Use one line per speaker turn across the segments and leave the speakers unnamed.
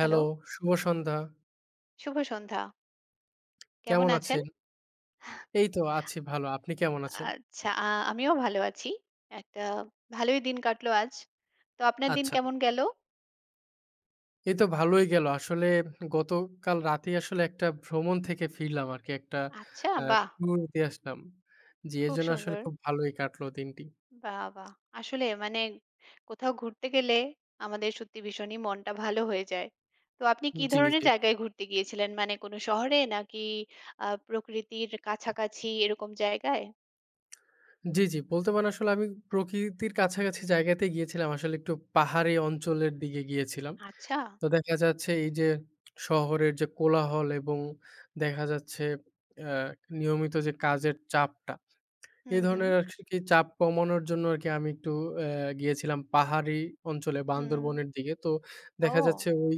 Hello,
শুভ সন্ধ্যা।
শুভ সন্ধ্যা। কেমন
কেমন
আছেন?
আছেন? এই তো আছি ভালো। আপনি কেমন আছেন?
আচ্ছা, আমিও ভালো আছি। একটা ভালোই দিন কাটলো আজ। তো আপনার দিন
আচ্ছা।
কেমন গেল?
এই তো ভালোই গেল। আসলে গতকাল রাতেই আসলে একটা ভ্রমণ থেকে ফিরলাম আরকি। একটা
আচ্ছা,
আ
বাহ!
ট্যুর দিয়ে আসলাম। জি,
খুব
এজন্য আসলে
সুন্দর।
খুব ভালোই কাটলো দিনটি।
বাহ, বাহ! আসলে মানে কোথাও ঘুরতে গেলে আমাদের সত্যি ভীষণই মনটা ভালো হয়ে যায়। তো আপনি কি
জি,
ধরনের
জি।
জায়গায় ঘুরতে গিয়েছিলেন? মানে কোনো শহরে নাকি প্রকৃতির কাছাকাছি এরকম জায়গায়?
জি, জি। বলতে পারেন আসলে আমি প্রকৃতির কাছাকাছি জায়গাতে গিয়েছিলাম। আসলে একটু পাহাড়ি অঞ্চলের দিকে গিয়েছিলাম।
আচ্ছা।
তো দেখা যাচ্ছে এই যে শহরের যে কোলাহল এবং দেখা যাচ্ছে আ নিয়মিত যে কাজের চাপটা
হুম,
এই
হুম,
ধরনের আরকি চাপ কমানোর জন্য আরকি আমি একটু অ্যা গিয়েছিলাম পাহাড়ি অঞ্চলে
হুম।
বান্দরবনের দিকে। তো দেখা যাচ্ছে
ও!
ওই,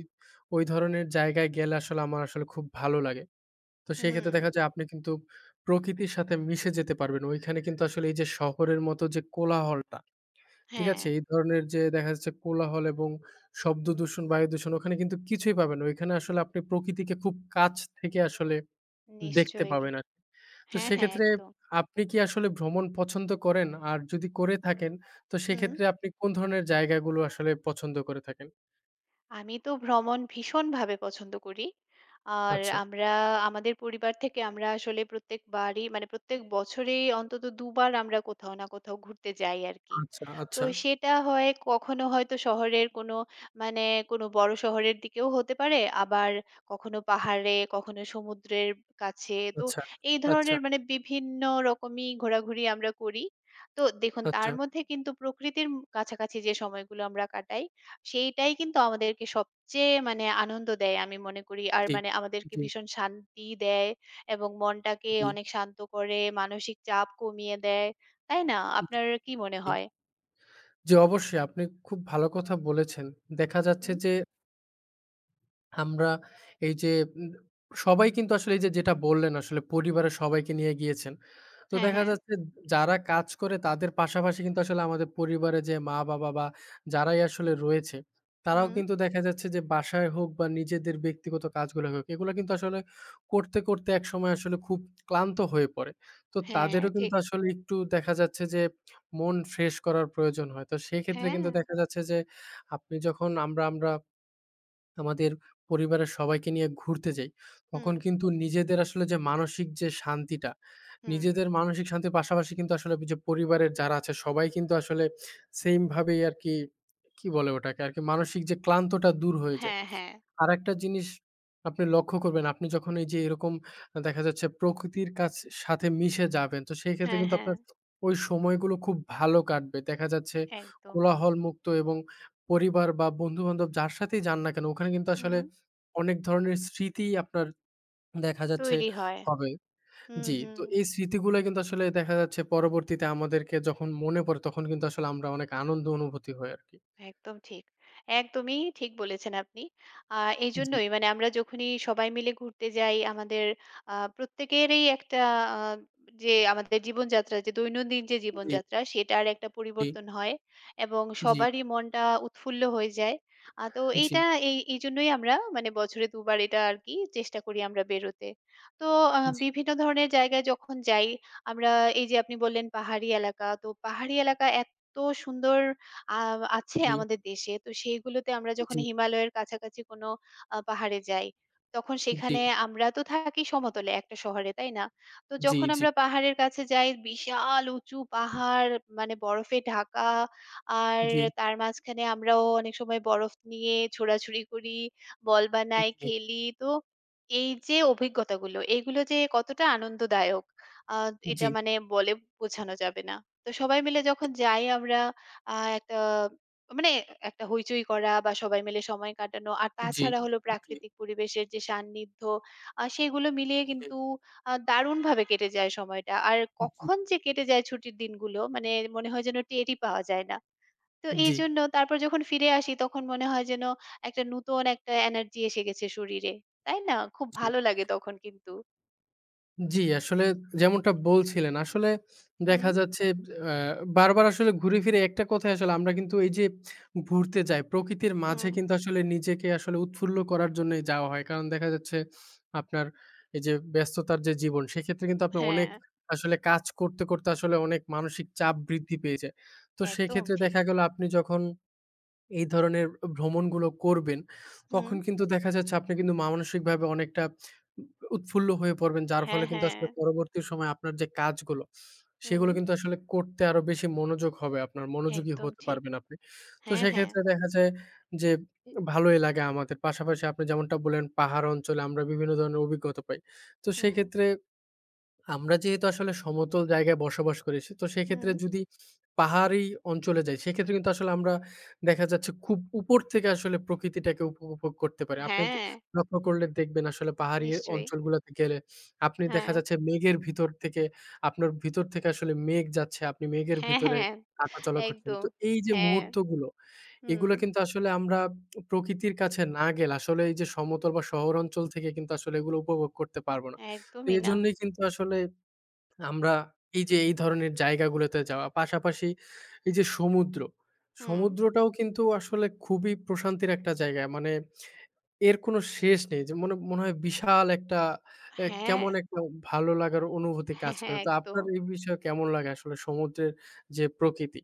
ওই ধরনের জায়গায় গেলে আসলে আমার আসলে খুব ভালো লাগে। তো
হুম,
সেক্ষেত্রে দেখা যায় আপনি কিন্তু প্রকৃতির সাথে মিশে যেতে পারবেন। ওইখানে কিন্তু আসলে এই যে শহরের মতো যে কোলাহলটা, ঠিক
হ্যাঁ,
আছে? এই ধরনের যে দেখা যাচ্ছে কোলাহল এবং শব্দ দূষণ, বায়ু দূষণ ওখানে কিন্তু কিছুই পাবেন না। ওইখানে আসলে আপনি প্রকৃতিকে খুব কাছ থেকে আসলে দেখতে
নিশ্চয়ই।
পাবেন আরকি। তো
হ্যাঁ, হ্যাঁ
সেক্ষেত্রে
একদম।
আপনি কি আসলে ভ্রমণ পছন্দ করেন? আর যদি করে থাকেন, তো
হুম।
সেক্ষেত্রে আপনি কোন ধরনের জায়গাগুলো আসলে পছন্দ করে থাকেন?
আমি তো ভ্রমণ ভীষণভাবে পছন্দ করি। আর
আচ্ছা,
আমাদের পরিবার থেকে আমরা আসলে প্রত্যেকবারই মানে প্রত্যেক বছরেই অন্তত ২ বার আমরা কোথাও না কোথাও ঘুরতে যাই আরকি।
আচ্ছা,
তো
আচ্ছা,
সেটা হয় কখনো হয়তো শহরের কোনো মানে কোনো বড় শহরের দিকেও হতে পারে, আবার কখনো পাহাড়ে, কখনো সমুদ্রের কাছে। তো
আচ্ছা,
এই
আচ্ছা,
ধরনের মানে বিভিন্ন রকমই ঘোরাঘুরি আমরা করি। তো দেখুন তার
আচ্ছা।
মধ্যে কিন্তু প্রকৃতির কাছাকাছি যে সময়গুলো আমরা কাটাই সেইটাই কিন্তু আমাদেরকে সবচেয়ে মানে আনন্দ দেয় আমি মনে করি। আর
জি,
মানে আমাদেরকে
জি,
ভীষণ শান্তি দেয় এবং মনটাকে
জি,
অনেক শান্ত করে, মানসিক চাপ কমিয়ে দেয়। তাই না?
জি,
আপনার কি মনে
জি।
হয়?
জি, অবশ্যই আপনি খুব ভালো কথা বলেছেন। দেখা যাচ্ছে
হুম,
যে আমরা এই যে উম সবাই কিন্তু আসলে এই যে যেটা বললেন আসলে পরিবারের সবাইকে নিয়ে গিয়েছেন। তো
হ্যাঁ,
দেখা
হ্যাঁ।
যাচ্ছে যারা কাজ করে তাদের পাশাপাশি কিন্তু আসলে আমাদের পরিবারে যে মা-বাবা বা যারাই আসলে রয়েছে, তারাও
হুম,
কিন্তু দেখা যাচ্ছে যে বাসায় হোক বা নিজেদের ব্যক্তিগত কাজগুলো হোক, এগুলো কিন্তু আসলে করতে একসময় আসলে খুব ক্লান্ত হয়ে পড়ে। তো
হ্যাঁ, হ্যাঁ,
তাদেরও
ঠিক।
কিন্তু আসলে একটু দেখা যাচ্ছে যে মন ফ্রেশ করার প্রয়োজন হয়। তো সেক্ষেত্রে
হ্যাঁ,
কিন্তু দেখা যাচ্ছে যে আপনি যখন আমরা আমাদের পরিবারের সবাইকে নিয়ে ঘুরতে যাই,
হুম,
তখন কিন্তু নিজেদের আসলে যে মানসিক যে শান্তিটা,
হুম।
নিজেদের মানসিক শান্তির পাশাপাশি কিন্তু আসলে যে পরিবারের যারা আছে সবাই কিন্তু আসলে সেইম ভাবেই আরকি, কি কি বলে ওটাকে আরকি মানসিক যে ক্লান্তটা দূর হয়ে যায়।
হ্যাঁ, হ্যাঁ।
আরেকটা জিনিস আপনি লক্ষ্য করবেন, আপনি যখন এই যে এরকম দেখা যাচ্ছে প্রকৃতির সাথে মিশে যাবেন, তো সেই ক্ষেত্রে
হ্যাঁ,
কিন্তু
হ্যাঁ।
আপনার ওই সময়গুলো খুব ভালো কাটবে। দেখা যাচ্ছে
এ একদম।
কোলাহলমুক্ত এবং পরিবার বা বন্ধু-বান্ধব যার সাথেই যান না কেন, ওখানে কিন্তু আসলে
হুম,
অনেক ধরনের স্মৃতিই আপনার দেখা যাচ্ছে
তৈরি হয়।
হবে।
হুম,
জি,
হুম।
তো এই স্মৃতিগুলা কিন্তু আসলে দেখা যাচ্ছে পরবর্তীতে আমাদেরকে যখন মনে পড়ে, তখন কিন্তু আসলে আমরা অনেক আনন্দ অনুভূতি হই আরকি।
একদম ঠিক। একদমই ঠিক বলেছেন আপনি। আ
জি,
এজন্যই মানে আমরা যখনই সবাই মিলে ঘুরতে যাই আমাদের প্রত্যেকেরই একটা আ যে আমাদের জীবনযাত্রা যে দৈনন্দিন যে
জি,
জীবনযাত্রা সেটার একটা
জি,
পরিবর্তন হয় এবং
জি, জি,
সবারই মনটা উৎফুল্ল হয়ে যায়। তো
জি,
এইটা এইজন্যই আমরা মানে বছরে ২ বার এটা আরকি চেষ্টা করি আমরা বেরোতে। তো বিভিন্ন ধরনের জায়গায় যখন যাই আমরা এই যে আপনি বললেন পাহাড়ি এলাকা, তো পাহাড়ি এলাকা এত সুন্দর আ আছে
জি,
আমাদের দেশে। তো সেইগুলোতে আমরা যখন
জি।
হিমালয়ের কাছাকাছি কোনো পাহাড়ে যাই, তখন
জি,
সেখানে আমরা তো থাকি সমতলে একটা শহরে, তাই না? তো
জি,
যখন
জি,
আমরা পাহাড়ের কাছে যাই, বিশাল উঁচু পাহাড় মানে বরফে ঢাকা। আর
জি,
তার মাঝখানে আমরাও অনেক সময় বরফ নিয়ে ছোড়াছুড়ি করি, বল বানাই,
জি,
খেলি। তো এই যে অভিজ্ঞতাগুলো, এগুলো যে কতটা আনন্দদায়ক আ এটা
জি, জি,
মানে বলে বোঝানো যাবে না। তো সবাই মিলে যখন যাই আমরা আ একটা মানে একটা হইচই করা বা সবাই মিলে সময় কাটানো। আর
জি,
তাছাড়া হলো প্রাকৃতিক পরিবেশের যে সান্নিধ্য সেগুলো মিলিয়ে কিন্তু দারুণভাবে কেটে যায় সময়টা। আর কখন যে কেটে যায় ছুটির দিনগুলো মানে মনে হয় যেন টেরই পাওয়া যায় না। তো
জি, জি,
এইজন্য তারপর যখন ফিরে আসি তখন মনে হয় যেন একটা নতুন একটা এনার্জি এসে গেছে শরীরে। তাই না? খুব
জি,
ভালো লাগে তখন কিন্তু।
জি, আসলে যেমনটা বলছিলেন, আসলে
হুম,
দেখা যাচ্ছে আ বারবার আসলে ঘুরে ফিরে একটা কথাই আসলে আমরা কিন্তু এই যে ঘুরতে যাই, প্রকৃতির মাঝে
হুম।
কিন্তু আসলে নিজেকে আসলে উৎফুল্ল করার জন্যই যাওয়া হয়। কারণ দেখা যাচ্ছে আপনার এই যে ব্যস্ততার যে জীবন, সেক্ষেত্রে কিন্তু আপনার
হ্যাঁ,
অনেক আসলে কাজ করতে আসলে অনেক মানসিক চাপ বৃদ্ধি পেয়ে যায়। তো
একদম
সেক্ষেত্রে
ঠিক।
দেখা গেল আপনি যখন এই ধরনের ভ্রমণগুলো করবেন,
হুম।
তখন কিন্তু দেখা যাচ্ছে আপনি কিন্তু মানসিকভাবে অনেকটা উৎফুল্ল হয়ে পড়বেন। যার
হ্যাঁ,
ফলে কিন্তু
হ্যাঁ।
আসলে পরবর্তী সময়ে আপনার যে কাজগুলো,
হুম,
সেগুলো কিন্তু আসলে করতে আরো বেশি মনোযোগ হবে আপনার, মনোযোগী
একদম
হতে
ঠিক।
পারবেন আপনি। তো
হ্যাঁ, হ্যাঁ।
সেক্ষেত্রে দেখা যায় যে ভালোই লাগে আমাদের। পাশাপাশি আপনি যেমনটা বললেন পাহাড় অঞ্চলে আমরা বিভিন্ন ধরনের অভিজ্ঞতা পাই। তো
হুম,
সেক্ষেত্রে আমরা যেহেতু আসলে সমতল জায়গায় বসবাস করি সে তো সেক্ষেত্রে
হুম।
যদি পাহাড়ি অঞ্চলে যাই সেক্ষেত্রে কিন্তু আসলে আমরা দেখা যাচ্ছে খুব উপর থেকে আসলে প্রকৃতিটাকে উপভোগ করতে পারি। আপনি
হ্যাঁ,
লক্ষ্য করলে দেখবেন আসলে পাহাড়ি
নিশ্চয়ই।
অঞ্চলগুলোতে গেলে আপনি দেখা
হ্যাঁ,
যাচ্ছে মেঘের ভিতর থেকে আপনার ভিতর থেকে আসলে মেঘ যাচ্ছে। আপনি মেঘের
হ্যাঁ,
ভিতরে
হ্যাঁ,
হাঁটাচলা করছেন।
একদম।
তো এই যে
হ্যাঁ,
মুহূর্তগুলো
হুম,
এগুলো কিন্তু আসলে আমরা প্রকৃতির কাছে না গেলে আসলে এই যে সমতল বা শহর অঞ্চল থেকে কিন্তু আসলে এগুলো উপভোগ করতে পারব না। তো
একদমই না।
এজন্যই কিন্তু আসলে আমরা এই যে এই ধরনের জায়গাগুলোতে যাওয়া, পাশাপাশি এই যে সমুদ্র,
হুম,
সমুদ্রটাও কিন্তু আসলে খুবই প্রশান্তির একটা জায়গা। মানে এর কোনো শেষ নেই। যে মনে মনে হয় বিশাল একটা
হ্যাঁ,
কেমন একটা ভালো লাগার অনুভূতি
হ্যাঁ,
কাজ
হ্যাঁ,
করে। তো
একদম।
আপনার এই বিষয়ে কেমন লাগে আসলে সমুদ্রের যে প্রকৃতি?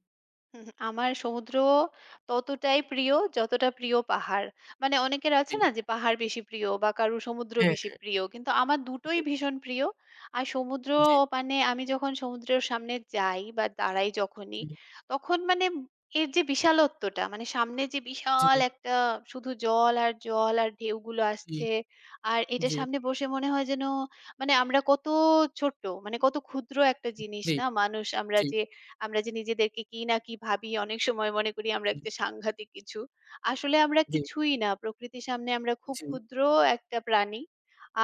হুম, আমার সমুদ্র ততটাই প্রিয় যতটা প্রিয় পাহাড়। মানে অনেকের আছে
জি,
না যে পাহাড় বেশি প্রিয় বা কারো সমুদ্র
হ্যাঁ,
বেশি
হ্যাঁ।
প্রিয়। কিন্তু আমার দুটোই
জি,
ভীষণ প্রিয়। আর সমুদ্র
জি,
মানে আমি যখন সমুদ্রের সামনে যাই বা দাঁড়াই যখনই,
জি,
তখন মানে এর যে বিশালত্বটা মানে সামনে যে
জি,
বিশাল একটা শুধু জল আর জল আর ঢেউগুলো
জি,
আসছে। আর এটার
জি, জি,
সামনে বসে মনে হয় যেন মানে আমরা কত ছোট্ট মানে কত ক্ষুদ্র একটা
জি,
জিনিস
জি,
না মানুষ আমরা
জি,
যে আমরা যে নিজেদেরকে কি না কি ভাবি অনেক সময় মনে করি আমরা যে সাংঘাতিক কিছু। আসলে আমরা
জি, জি,
কিছুই না। প্রকৃতির সামনে আমরা খুব ক্ষুদ্র একটা প্রাণী।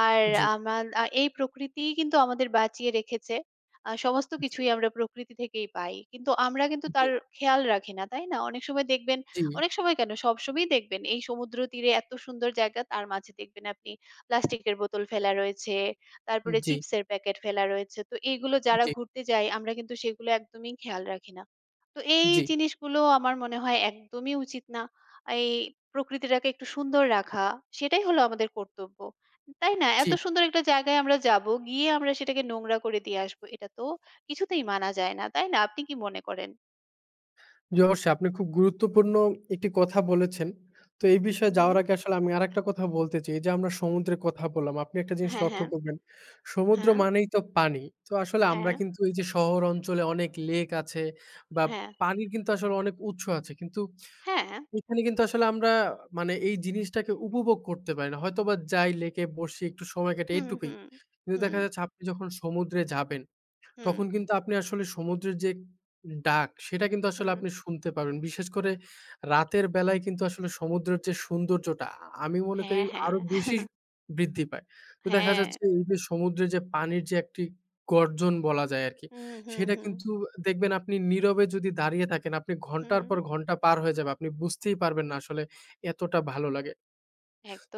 আর
জি,
আমার এই প্রকৃতিই কিন্তু আমাদের বাঁচিয়ে রেখেছে। সমস্ত কিছুই আমরা প্রকৃতি থেকেই পাই। কিন্তু আমরা কিন্তু তার খেয়াল রাখি না, তাই না? অনেক সময় দেখবেন
জি,
অনেক সময় কেন সবসময়ই দেখবেন এই সমুদ্র তীরে এত সুন্দর জায়গা তার মাঝে দেখবেন আপনি প্লাস্টিকের বোতল ফেলা রয়েছে তারপরে
জি,
চিপসের প্যাকেট ফেলা রয়েছে। তো এইগুলো যারা ঘুরতে যায় আমরা কিন্তু সেগুলো একদমই খেয়াল রাখি না। তো এই
জি,
জিনিসগুলো আমার মনে হয় একদমই উচিত না। এই প্রকৃতিটাকে একটু সুন্দর রাখা সেটাই হলো আমাদের কর্তব্য। তাই না?
জি।
এত সুন্দর একটা জায়গায় আমরা যাবো, গিয়ে আমরা সেটাকে নোংরা করে দিয়ে আসবো। এটা তো কিছুতেই মানা যায় না। তাই না? আপনি কি মনে করেন?
জি, অবশ্যই আপনি খুব গুরুত্বপূর্ণ একটি কথা বলেছেন। তো এই বিষয়ে
হুম,
যাওয়ার আগে আসলে আমি আরেকটা কথা বলতে চাই। এই যে আমরা সমুদ্রের কথা বললাম, আপনি একটা জিনিস
হ্যাঁ,
লক্ষ্য
হ্যাঁ,
করবেন, সমুদ্র
হ্যাঁ,
মানেই তো পানি। তো আসলে আমরা
হ্যাঁ,
কিন্তু এই যে শহর অঞ্চলে অনেক লেক আছে বা
হ্যাঁ,
পানির কিন্তু আসলে অনেক উৎস আছে। কিন্তু
হ্যাঁ,
এখানে কিন্তু আসলে আমরা মানে এই জিনিসটাকে উপভোগ করতে পারি না। হয়তোবা যাই লেকে বসি, একটু সময় কাটাই
হুম,
এটুকুই।
হুম,
কিন্তু দেখা
হুম,
যাচ্ছে আপনি যখন সমুদ্রে যাবেন
হুম,
তখন কিন্তু আপনি আসলে সমুদ্রের যে ডাক, সেটা কিন্তু আসলে
হুম,
আপনি শুনতে পাবেন। বিশেষ করে রাতের বেলায় কিন্তু আসলে সমুদ্রের যে সৌন্দর্যটা, আমি মনে করি
হ্যাঁ, হ্যাঁ,
আরো বেশি বৃদ্ধি পায়। তো দেখা
হ্যাঁ,
যাচ্ছে এই যে সমুদ্রে যে পানির যে একটি গর্জন বলা যায় আরকি,
হুম, হুম,
সেটা
হুম।
কিন্তু দেখবেন আপনি নীরবে যদি দাঁড়িয়ে থাকেন, আপনি ঘন্টার
হুম,
পর ঘন্টা পার হয়ে যাবে। আপনি বুঝতেই পারবেন না আসলে এতটা ভালো লাগে।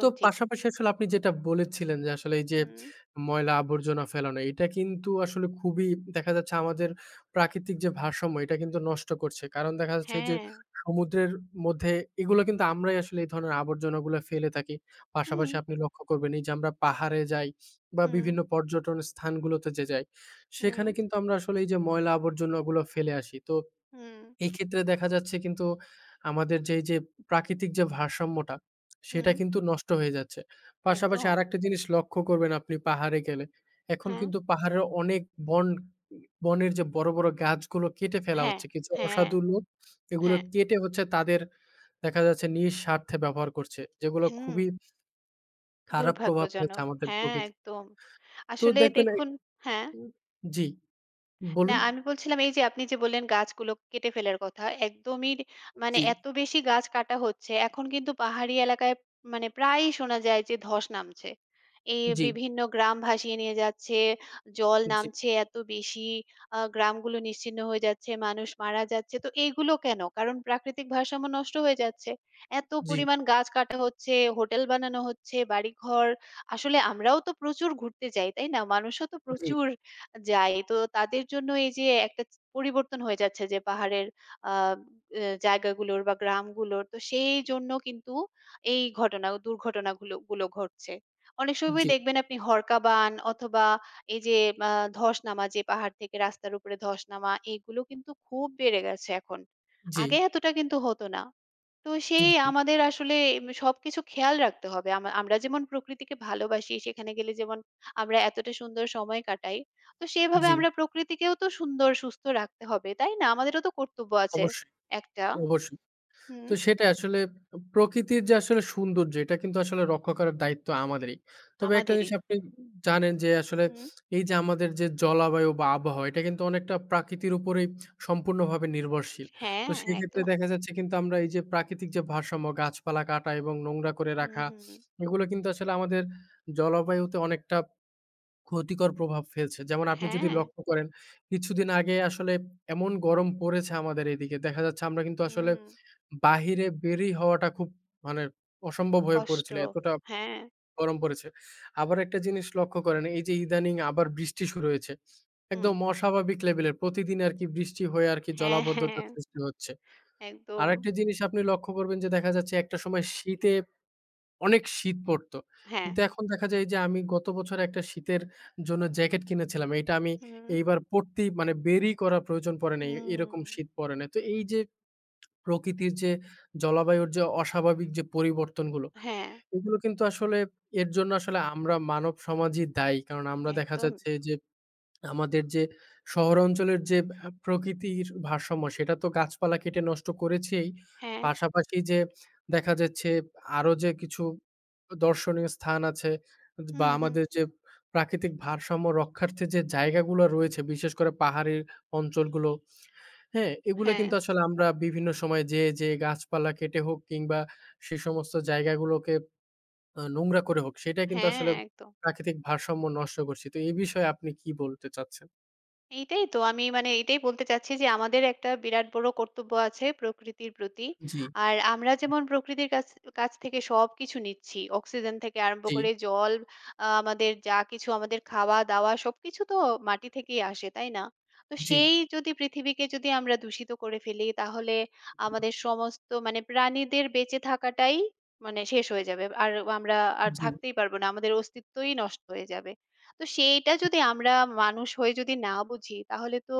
তো
ঠিক।
পাশাপাশি আসলে আপনি যেটা বলেছিলেন যে আসলে এই যে
হুম,
ময়লা আবর্জনা ফেলানো এটা কিন্তু আসলে খুবই দেখা যাচ্ছে আমাদের প্রাকৃতিক যে ভারসাম্য এটা কিন্তু নষ্ট করছে। কারণ দেখা যাচ্ছে এই যে
হ্যাঁ।
সমুদ্রের মধ্যে এগুলো কিন্তু আমরাই আসলে এই ধরনের আবর্জনাগুলো ফেলে থাকি।
হুম,
পাশাপাশি আপনি লক্ষ্য করবেন এই যে আমরা পাহাড়ে যাই বা
হুম,
বিভিন্ন পর্যটন স্থানগুলোতে যে যাই,
হুম,
সেখানে কিন্তু আমরা আসলে এই যে ময়লা আবর্জনাগুলো ফেলে আসি। তো
হুম,
এই ক্ষেত্রে দেখা যাচ্ছে কিন্তু আমাদের যেই যে প্রাকৃতিক যে ভারসাম্যটা, সেটা
হুম,
কিন্তু নষ্ট হয়ে যাচ্ছে। পাশাপাশি
একদম।
আরেকটা জিনিস লক্ষ্য করবেন আপনি পাহাড়ে গেলে। এখন
হ্যাঁ,
কিন্তু পাহাড়ের অনেক বন বনের যে বড়, বড় গাছগুলো কেটে ফেলা
হ্যাঁ,
হচ্ছে। কিছু
হ্যাঁ,
অসাধু লোক এগুলো
হ্যাঁ,
কেটে হচ্ছে তাদের দেখা যাচ্ছে নিজ স্বার্থে ব্যবহার করছে। যেগুলো
হুম,
খুবই খারাপ প্রভাব ফেলছে
দুর্ভাগ্যজনক।
আমাদের
হ্যাঁ,
প্রকৃতিতে।
একদম।
তো
আসলে
দেখবেন এই
দেখুন হ্যাঁ?
জি,
না
বলুন।
আমি বলছিলাম এই যে আপনি যে বললেন গাছগুলো কেটে ফেলার কথা, একদমই মানে
জি,
এত বেশি গাছ কাটা হচ্ছে এখন কিন্তু পাহাড়ি এলাকায় মানে প্রায়ই শোনা যায় যে ধস নামছে। এই
জি,
বিভিন্ন গ্রাম ভাসিয়ে নিয়ে যাচ্ছে, জল
জি,
নামছে এত বেশি, গ্রামগুলো নিশ্চিহ্ন হয়ে যাচ্ছে, মানুষ মারা যাচ্ছে। তো এইগুলো কেন? কারণ প্রাকৃতিক ভারসাম্য নষ্ট হয়ে যাচ্ছে। এত
জি,
পরিমাণ গাছ কাটা হচ্ছে, হোটেল বানানো হচ্ছে, বাড়িঘর। আসলে আমরাও তো প্রচুর ঘুরতে যাই, তাই না? মানুষও তো
জি,
প্রচুর যায়। তো তাদের জন্য এই যে একটা চ পরিবর্তন হয়ে যাচ্ছে যে পাহাড়ের আ জায়গাগুলোর বা গ্রামগুলোর। তো সেই জন্য কিন্তু এই ঘটনা ও দুর্ঘটনাগুলো ঘটছে। অনেক সময়
জি,
দেখবেন আপনি হরকাবান অথবা এই যে আ ধস নামা যে পাহাড় থেকে রাস্তার উপরে ধস নামা এগুলো কিন্তু খুব বেড়ে গেছে এখন।
জি,
আগে এতটা কিন্তু হতো না। তো সেই
জি,
আমাদের আসলে সবকিছু খেয়াল রাখতে হবে। আমরা যেমন প্রকৃতিকে ভালোবাসি, সেখানে গেলে যেমন আমরা এতটা সুন্দর সময় কাটাই। তো সেভাবে
জি।
আমরা প্রকৃতিকেও তো সুন্দর, সুস্থ রাখতে হবে, তাই না? আমাদেরও তো কর্তব্য আছে
অবশ্যই,
একটা।
অবশ্যই।
হুম,
তো সেটাই আসলে প্রকৃতির যে আসলে সৌন্দর্য এটা কিন্তু আসলে রক্ষা করার দায়িত্ব আমাদেরই। তবে একটা
আমাদেরই।
জিনিস আপনি জানেন যে আসলে
হুম।
এই যে আমাদের যে জলবায়ু বা আবহাওয়া এটা কিন্তু অনেকটা প্রাকৃতির উপরেই সম্পূর্ণভাবে নির্ভরশীল।
হ্যাঁ,
তো সেই ক্ষেত্রে
একদম।
দেখা যাচ্ছে কিন্তু আমরা এই যে প্রাকৃতিক যে ভারসাম্য গাছপালা কাটা এবং নোংরা করে
হুম,
রাখা
হুম।
এগুলো কিন্তু আসলে আমাদের জলবায়ুতে অনেকটা ক্ষতিকর প্রভাব ফেলছে। যেমন আপনি যদি
হ্যাঁ,
লক্ষ্য করেন, কিছুদিন আগে আসলে এমন গরম পড়েছে আমাদের এদিকে। দেখা যাচ্ছে আমরা কিন্তু আসলে
হুম।
বাহিরে বেরি হওয়াটা খুব মানে অসম্ভব হয়ে
কষ্ট।
পড়েছিল। এতটা
হ্যাঁ,
গরম পড়েছে। আবার একটা জিনিস লক্ষ্য করেন, এই যে ইদানিং আবার বৃষ্টি শুরু হয়েছে।
হুম।
একদম অস্বাভাবিক লেভেলের। প্রতিদিন আরকি বৃষ্টি হয়ে আরকি
হ্যাঁ,
জলাবদ্ধতার
হ্যাঁ,
সৃষ্টি হচ্ছে।
একদম।
আরেকটা জিনিস আপনি লক্ষ্য করবেন যে দেখা যাচ্ছে একটা সময় শীতে অনেক শীত পড়তো।
হ্যাঁ,
কিন্তু এখন দেখা যায় যে আমি গত বছর একটা শীতের জন্য জ্যাকেট কিনেছিলাম। এটা আমি
হুম,
এইবার পড়তেই মানে বেরই করার প্রয়োজন পড়ে নাই।
হুম।
এরকম শীত পড়ে নাই। তো এই যে প্রকৃতির যে জলবায়ুর যে অস্বাভাবিক যে পরিবর্তনগুলো,
হ্যাঁ,
এগুলো কিন্তু আসলে এর জন্য আসলে আমরা মানব সমাজই দায়ী। কারণ আমরা দেখা
একদম।
যাচ্ছে যে আমাদের যে শহর অঞ্চলের যে প্রকৃতির ভারসাম্য সেটা তো গাছপালা কেটে নষ্ট করেছেই।
হ্যাঁ,
পাশাপাশি যে দেখা যাচ্ছে আরো যে কিছু দর্শনীয় স্থান আছে বা
হুম, হুম।
আমাদের যে প্রাকৃতিক ভারসাম্য রক্ষার্থে যে জায়গাগুলো রয়েছে বিশেষ করে পাহাড়ি অঞ্চলগুলো, হ্যাঁ? এগুলা
হ্যাঁ।
কিন্তু আসলে আমরা বিভিন্ন সময় যেয়ে গাছপালা কেটে হোক কিংবা সে সমস্ত জায়গাগুলোকে নোংরা করে হোক সেটা কিন্তু
হ্যাঁ,
আসলে
একদম।
প্রাকৃতিক ভারসাম্য নষ্ট করছি। তো এই বিষয়ে আপনি কি বলতে চাচ্ছেন?
এইটাই তো আমি মানে এটাই বলতে চাচ্ছি যে আমাদের একটা বিরাট বড় কর্তব্য আছে প্রকৃতির প্রতি।
জি।
আর আমরা
জি,
যেমন প্রকৃতির কাছ কাছ থেকে সবকিছু নিচ্ছি। অক্সিজেন থেকে আরম্ভ করে জল, আমাদের যা কিছু আমাদের খাওয়া-দাওয়া সবকিছু তো মাটি থেকেই আসে, তাই না? তো
জি,
সেই যদি পৃথিবীকে যদি আমরা দূষিত করে ফেলি তাহলে আমাদের সমস্ত মানে প্রাণীদের বেঁচে থাকাটাই মানে শেষ হয়ে যাবে। আর আমরা আর
জি,
থাকতেই পারব না। আমাদের অস্তিত্বই নষ্ট হয়ে যাবে। তো সেইটা যদি আমরা মানুষ হয়ে যদি না বুঝি, তাহলে তো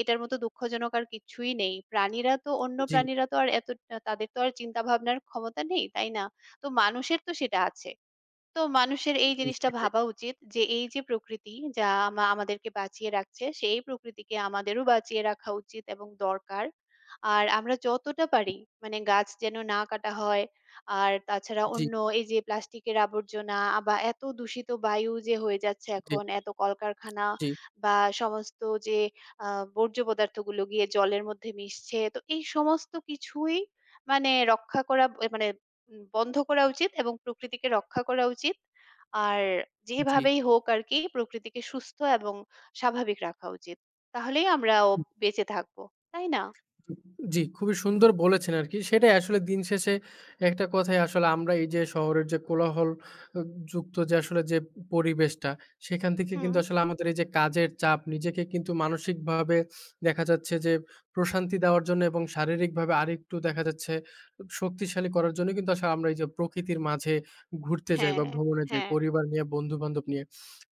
এটার মতো দুঃখজনক আর কিছুই নেই।
জি,
প্রাণীরা তো আর এত তাদের তো আর চিন্তা ভাবনার ক্ষমতা নেই, তাই না? তো মানুষের তো সেটা আছে। তো মানুষের এই
জি,
জিনিসটা
সেটাই।
ভাবা উচিত যে এই যে প্রকৃতি যা আমাদেরকে বাঁচিয়ে রাখছে, সেই প্রকৃতিকে আমাদেরও বাঁচিয়ে রাখা উচিত এবং দরকার। আর আমরা যতটা পারি মানে গাছ যেন না কাটা হয়। আর তাছাড়া
জি,
অন্য এই যে প্লাস্টিকের আবর্জনা বা এত দূষিত বায়ু যে হয়ে যাচ্ছে
জি,
এখন, এত কলকারখানা
জি,
বা সমস্ত যে আ বর্জ্য পদার্থগুলো গিয়ে জলের মধ্যে মিশছে। তো এই সমস্ত কিছুই মানে মানে বন্ধ করা উচিত এবং প্রকৃতিকে রক্ষা করা উচিত। আর
জি।
যেভাবেই হোক আরকি প্রকৃতিকে সুস্থ এবং স্বাভাবিক রাখা উচিত। তাহলেই আমরাও বেঁচে থাকবো। তাই না?
জি, খুবই সুন্দর বলেছেন আরকি। সেটাই আসলে দিন শেষে একটা কথাই আসলে আমরা এই যে শহরের যে কোলাহল অ যুক্ত যে আসলে যে পরিবেশটা, সেখান থেকে
হুম।
কিন্তু আসলে আমাদের এই যে কাজের চাপ, নিজেকে কিন্তু মানসিকভাবে দেখা যাচ্ছে যে প্রশান্তি দেওয়ার জন্য এবং শারীরিকভাবে আরেকটু দেখা যাচ্ছে শক্তিশালী করার জন্য কিন্তু আসলে আমরা এই যে প্রকৃতির মাঝে ঘুরতে যাই বা
হ্যাঁ,
ভ্রমণে যাই
হ্যাঁ,
পরিবার নিয়ে, বন্ধু-বান্ধব নিয়ে।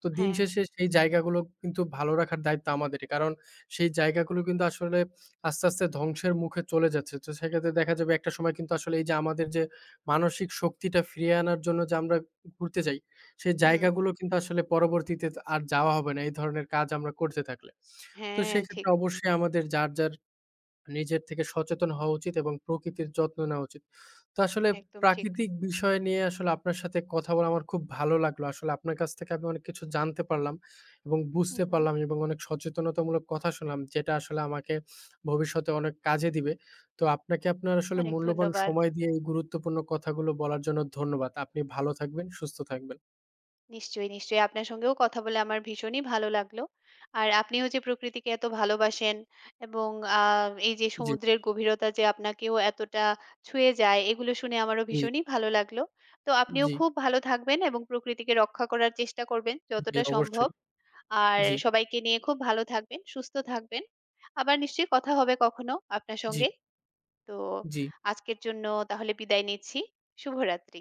তো দিন
হ্যাঁ।
শেষে সেই জায়গাগুলো কিন্তু ভালো রাখার দায়িত্ব আমাদেরই। কারণ সেই জায়গাগুলো কিন্তু আসলে আস্তে ধ্বংসের মুখে চলে যাচ্ছে। তো সেক্ষেত্রে দেখা যাবে একটা সময় কিন্তু আসলে এই যে আমাদের যে মানসিক শক্তিটা ফিরিয়ে আনার জন্য যে আমরা ঘুরতে যাই, সেই
হুম।
জায়গাগুলো কিন্তু আসলে পরবর্তীতে আর যাওয়া হবে না এই ধরনের কাজ আমরা করতে থাকলে। তো
হ্যাঁ, ঠিক।
সেক্ষেত্রে অবশ্যই আমাদের যার, যার নিজের থেকে সচেতন হওয়া উচিত এবং প্রকৃতির যত্ন নেওয়া উচিত। তো আসলে
একদম ঠিক।
প্রাকৃতিক বিষয় নিয়ে আসলে আপনার সাথে কথা বলে আমার খুব ভালো লাগলো। আসলে আপনার কাছ থেকে আমি অনেক কিছু জানতে পারলাম এবং
হু,
বুঝতে
হু।
পারলাম এবং অনেক সচেতনতামূলক কথা শুনলাম যেটা আসলে আমাকে ভবিষ্যতে অনেক কাজে দিবে। তো আপনাকে আপনার আসলে
অনেক
মূল্যবান
ধন্যবাদ।
সময় দিয়ে এই গুরুত্বপূর্ণ কথাগুলো বলার জন্য ধন্যবাদ। আপনি ভালো থাকবেন, সুস্থ থাকবেন।
নিশ্চয়ই, নিশ্চয়ই। আপনার সঙ্গেও কথা বলে আমার ভীষণই ভালো লাগলো। আর আপনিও যে প্রকৃতিকে এত ভালোবাসেন এবং আ এই যে
জি,
সমুদ্রের গভীরতা যে আপনাকেও এতটা ছুঁয়ে যায়, এগুলো শুনে আমারও
জি,
ভীষণই ভালো লাগলো। তো আপনিও
জি,
খুব ভালো থাকবেন এবং প্রকৃতিকে রক্ষা করার চেষ্টা করবেন
জি,
যতটা সম্ভব।
অবশ্যই।
আর
জি,
সবাইকে নিয়ে খুব ভালো থাকবেন, সুস্থ থাকবেন। আবার নিশ্চয়ই কথা হবে কখনো আপনার
জি,
সঙ্গে। তো
জি।
আজকের জন্য তাহলে বিদায় নিচ্ছি। শুভরাত্রি।